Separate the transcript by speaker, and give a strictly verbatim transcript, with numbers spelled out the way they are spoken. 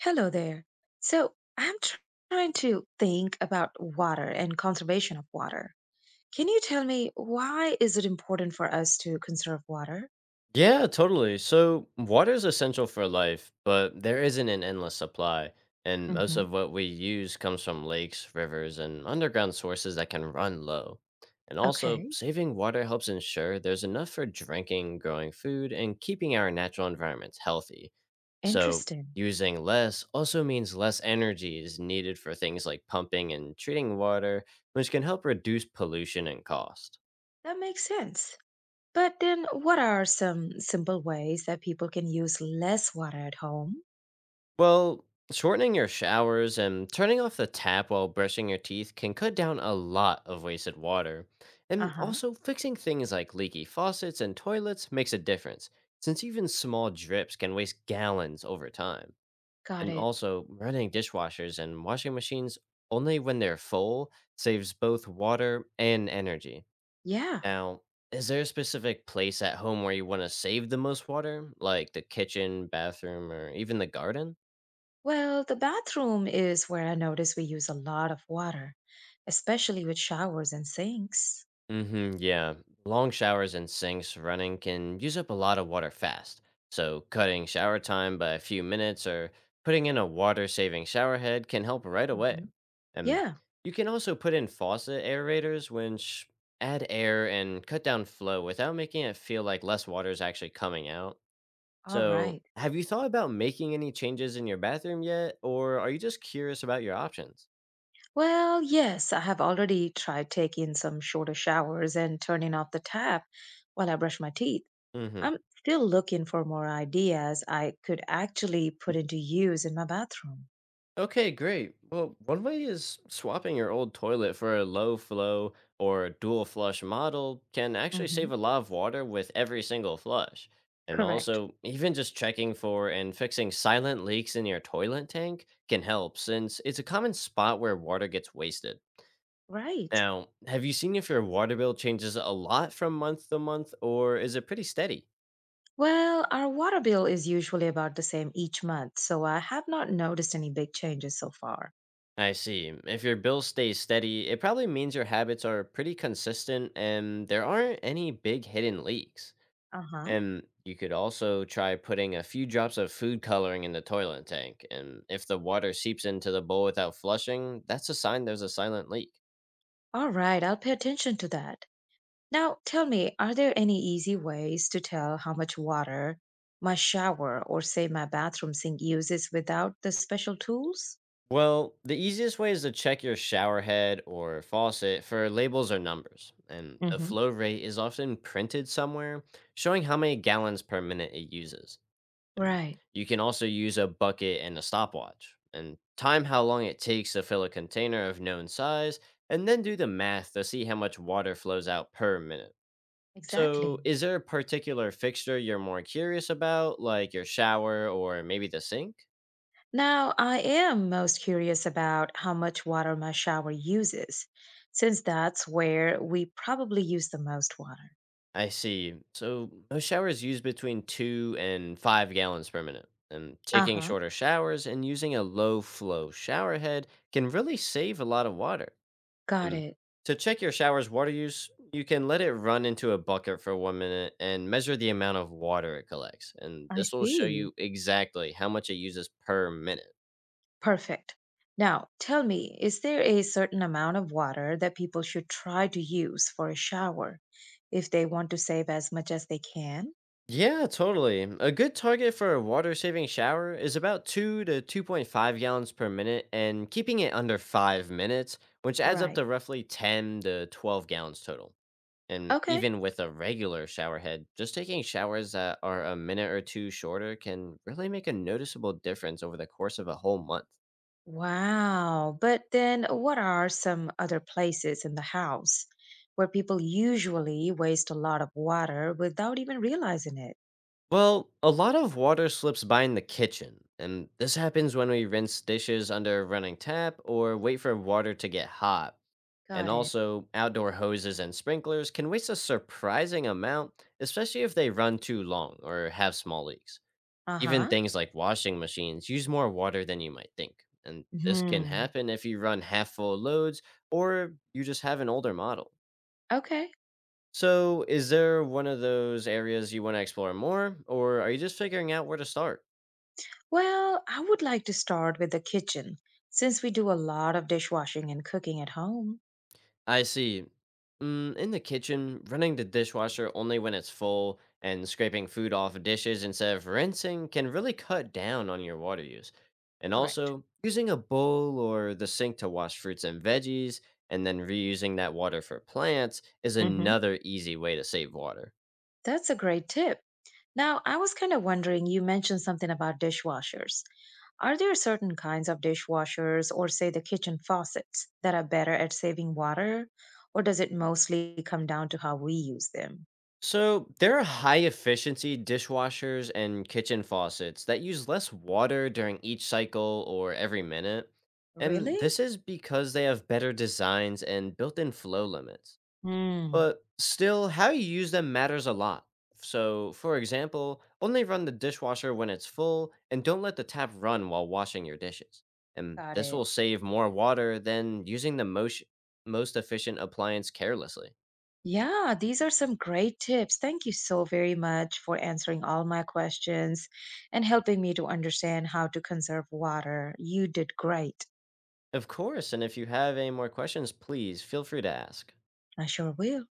Speaker 1: Hello there. So I'm tr- trying to think about water and conservation of water. Can you tell me, why is it important for us to conserve water?
Speaker 2: Yeah, totally. So, water is essential for life, but there isn't an endless supply. And most
Speaker 1: Hmm.
Speaker 2: of what we use comes from lakes, rivers, and underground sources that can run low. And also,
Speaker 1: Okay,
Speaker 2: saving water helps ensure there's enough for drinking, growing food, and keeping our natural environments healthy. So,
Speaker 1: interesting.
Speaker 2: using less also means less energy is needed for things like pumping and treating water, which can help reduce pollution and cost.
Speaker 1: That makes sense. But then, what are some simple ways that people can use less water at home?
Speaker 2: Well, shortening your showers and turning off the tap while brushing your teeth can cut down a lot of wasted water. And
Speaker 1: Uh-huh.
Speaker 2: also, fixing things like leaky faucets and toilets makes a difference, since even small drips can waste gallons over time.
Speaker 1: Got
Speaker 2: And
Speaker 1: it.
Speaker 2: also, running dishwashers and washing machines only when they're full saves both water and energy.
Speaker 1: Yeah.
Speaker 2: Now, is there a specific place at home where you want to save the most water, like the kitchen, bathroom, or even the garden?
Speaker 1: Well, the bathroom is where I notice we use a lot of water, especially with showers and sinks.
Speaker 2: Mm-hmm, yeah. Long showers and sinks running can use up a lot of water fast. So, cutting shower time by a few minutes or putting in a water saving shower head can help right away.
Speaker 1: Hmm.
Speaker 2: And
Speaker 1: Yeah.
Speaker 2: you can also put in faucet aerators, which add air and cut down flow without making it feel like less water is actually coming out.
Speaker 1: All
Speaker 2: So,
Speaker 1: right.
Speaker 2: have you thought about making any changes in your bathroom yet, or are you just curious about your options?
Speaker 1: Well, yes, I have already tried taking some shorter showers and turning off the tap while I brush my teeth.
Speaker 2: Mm hmm.
Speaker 1: I'm still looking for more ideas I could actually put into use in my bathroom.
Speaker 2: Okay, great. Well, one way is swapping your old toilet for a low flow or dual flush model can actually save
Speaker 1: Hmm.
Speaker 2: a lot of water with every single flush. And
Speaker 1: Correct.
Speaker 2: also, even just checking for and fixing silent leaks in your toilet tank can help since it's a common spot where water gets wasted.
Speaker 1: Right.
Speaker 2: Now, have you seen if your water bill changes a lot from month to month or is it pretty steady?
Speaker 1: Well, our water bill is usually about the same each month, so I have not noticed any big changes so far.
Speaker 2: I see. If your bill stays steady, it probably means your habits are pretty consistent and there aren't any big hidden leaks.
Speaker 1: Uh huh.
Speaker 2: And you could also try putting a few drops of food coloring in the toilet tank. And if the water seeps into the bowl without flushing, that's a sign there's a silent leak.
Speaker 1: All right, I'll pay attention to that. Now, tell me, are there any easy ways to tell how much water my shower or, say, my bathroom sink uses without the special tools?
Speaker 2: Well, the easiest way is to check your shower head or faucet for labels or numbers. And the
Speaker 1: Hmm.
Speaker 2: flow rate is often printed somewhere, showing how many gallons per minute it uses. And
Speaker 1: Right,
Speaker 2: you can also use a bucket and a stopwatch and time how long it takes to fill a container of known size, and then do the math to see how much water flows out per minute. So,
Speaker 1: exactly.
Speaker 2: is there a particular fixture you're more curious about, like your shower or maybe the sink?
Speaker 1: Now, I am most curious about how much water my shower uses, since that's where we probably use the most water.
Speaker 2: I see. So, most showers use between two and five gallons per minute. And
Speaker 1: Uh
Speaker 2: taking
Speaker 1: huh,
Speaker 2: shorter showers and using a low flow shower head can really save a lot of water.
Speaker 1: got
Speaker 2: And
Speaker 1: it.
Speaker 2: to check your shower's water use, you can let it run into a bucket for one minute and measure the amount of water it collects. And
Speaker 1: I
Speaker 2: this will show
Speaker 1: see.
Speaker 2: you exactly how much it uses per minute.
Speaker 1: Perfect. Now, tell me, is there a certain amount of water that people should try to use for a shower if they want to save as much as they can?
Speaker 2: Yeah, totally. A good target for a water saving shower is about two to two point five gallons per minute and keeping it under five minutes, which adds up
Speaker 1: Right.
Speaker 2: to roughly ten to twelve gallons total. And
Speaker 1: Okay.
Speaker 2: even with a regular shower head, just taking showers that are a minute or two shorter can really make a noticeable difference over the course of a whole month.
Speaker 1: Wow. But then, what are some other places in the house where people usually waste a lot of water without even realizing it?
Speaker 2: Well, a lot of water slips by in the kitchen, and this happens when we rinse dishes under a running tap or wait for water to get hot. And
Speaker 1: Got it.
Speaker 2: also, outdoor hoses and sprinklers can waste a surprising amount, especially if they run too long or have small leaks.
Speaker 1: Uh
Speaker 2: Even
Speaker 1: huh.
Speaker 2: things like washing machines use more water than you might think, and this can
Speaker 1: Hmm.
Speaker 2: happen if you run half full loads or you just have an older model.
Speaker 1: Okay.
Speaker 2: So, is there one of those areas you want to explore more, or are you just figuring out where to start?
Speaker 1: Well, I would like to start with the kitchen since we do a lot of dishwashing and cooking at home.
Speaker 2: I see. Mm, in the kitchen, running the dishwasher only when it's full and scraping food off dishes instead of rinsing can really cut down on your water use. And
Speaker 1: Correct.
Speaker 2: also, using a bowl or the sink to wash fruits and veggies and then reusing that water for plants is
Speaker 1: Hmm.
Speaker 2: another easy way to save water.
Speaker 1: That's a great tip. Now, I was kind of wondering, you mentioned something about dishwashers. Are there certain kinds of dishwashers or, say, the kitchen faucets that are better at saving water? Or does it mostly come down to how we use them?
Speaker 2: So, there are high efficiency dishwashers and kitchen faucets that use less water during each cycle or every minute. And
Speaker 1: Really?
Speaker 2: this is because they have better designs and built in flow limits.
Speaker 1: Hmm,
Speaker 2: But still, how you use them matters a lot. So, for example, only run the dishwasher when it's full and don't let the tap run while washing your dishes. And
Speaker 1: got
Speaker 2: this
Speaker 1: it.
Speaker 2: will save more water than using the most, most efficient appliance carelessly.
Speaker 1: Yeah, these are some great tips. Thank you so very much for answering all my questions and helping me to understand how to conserve water. You did great.
Speaker 2: Of course, and if you have any more questions, please feel free to ask.
Speaker 1: I sure will.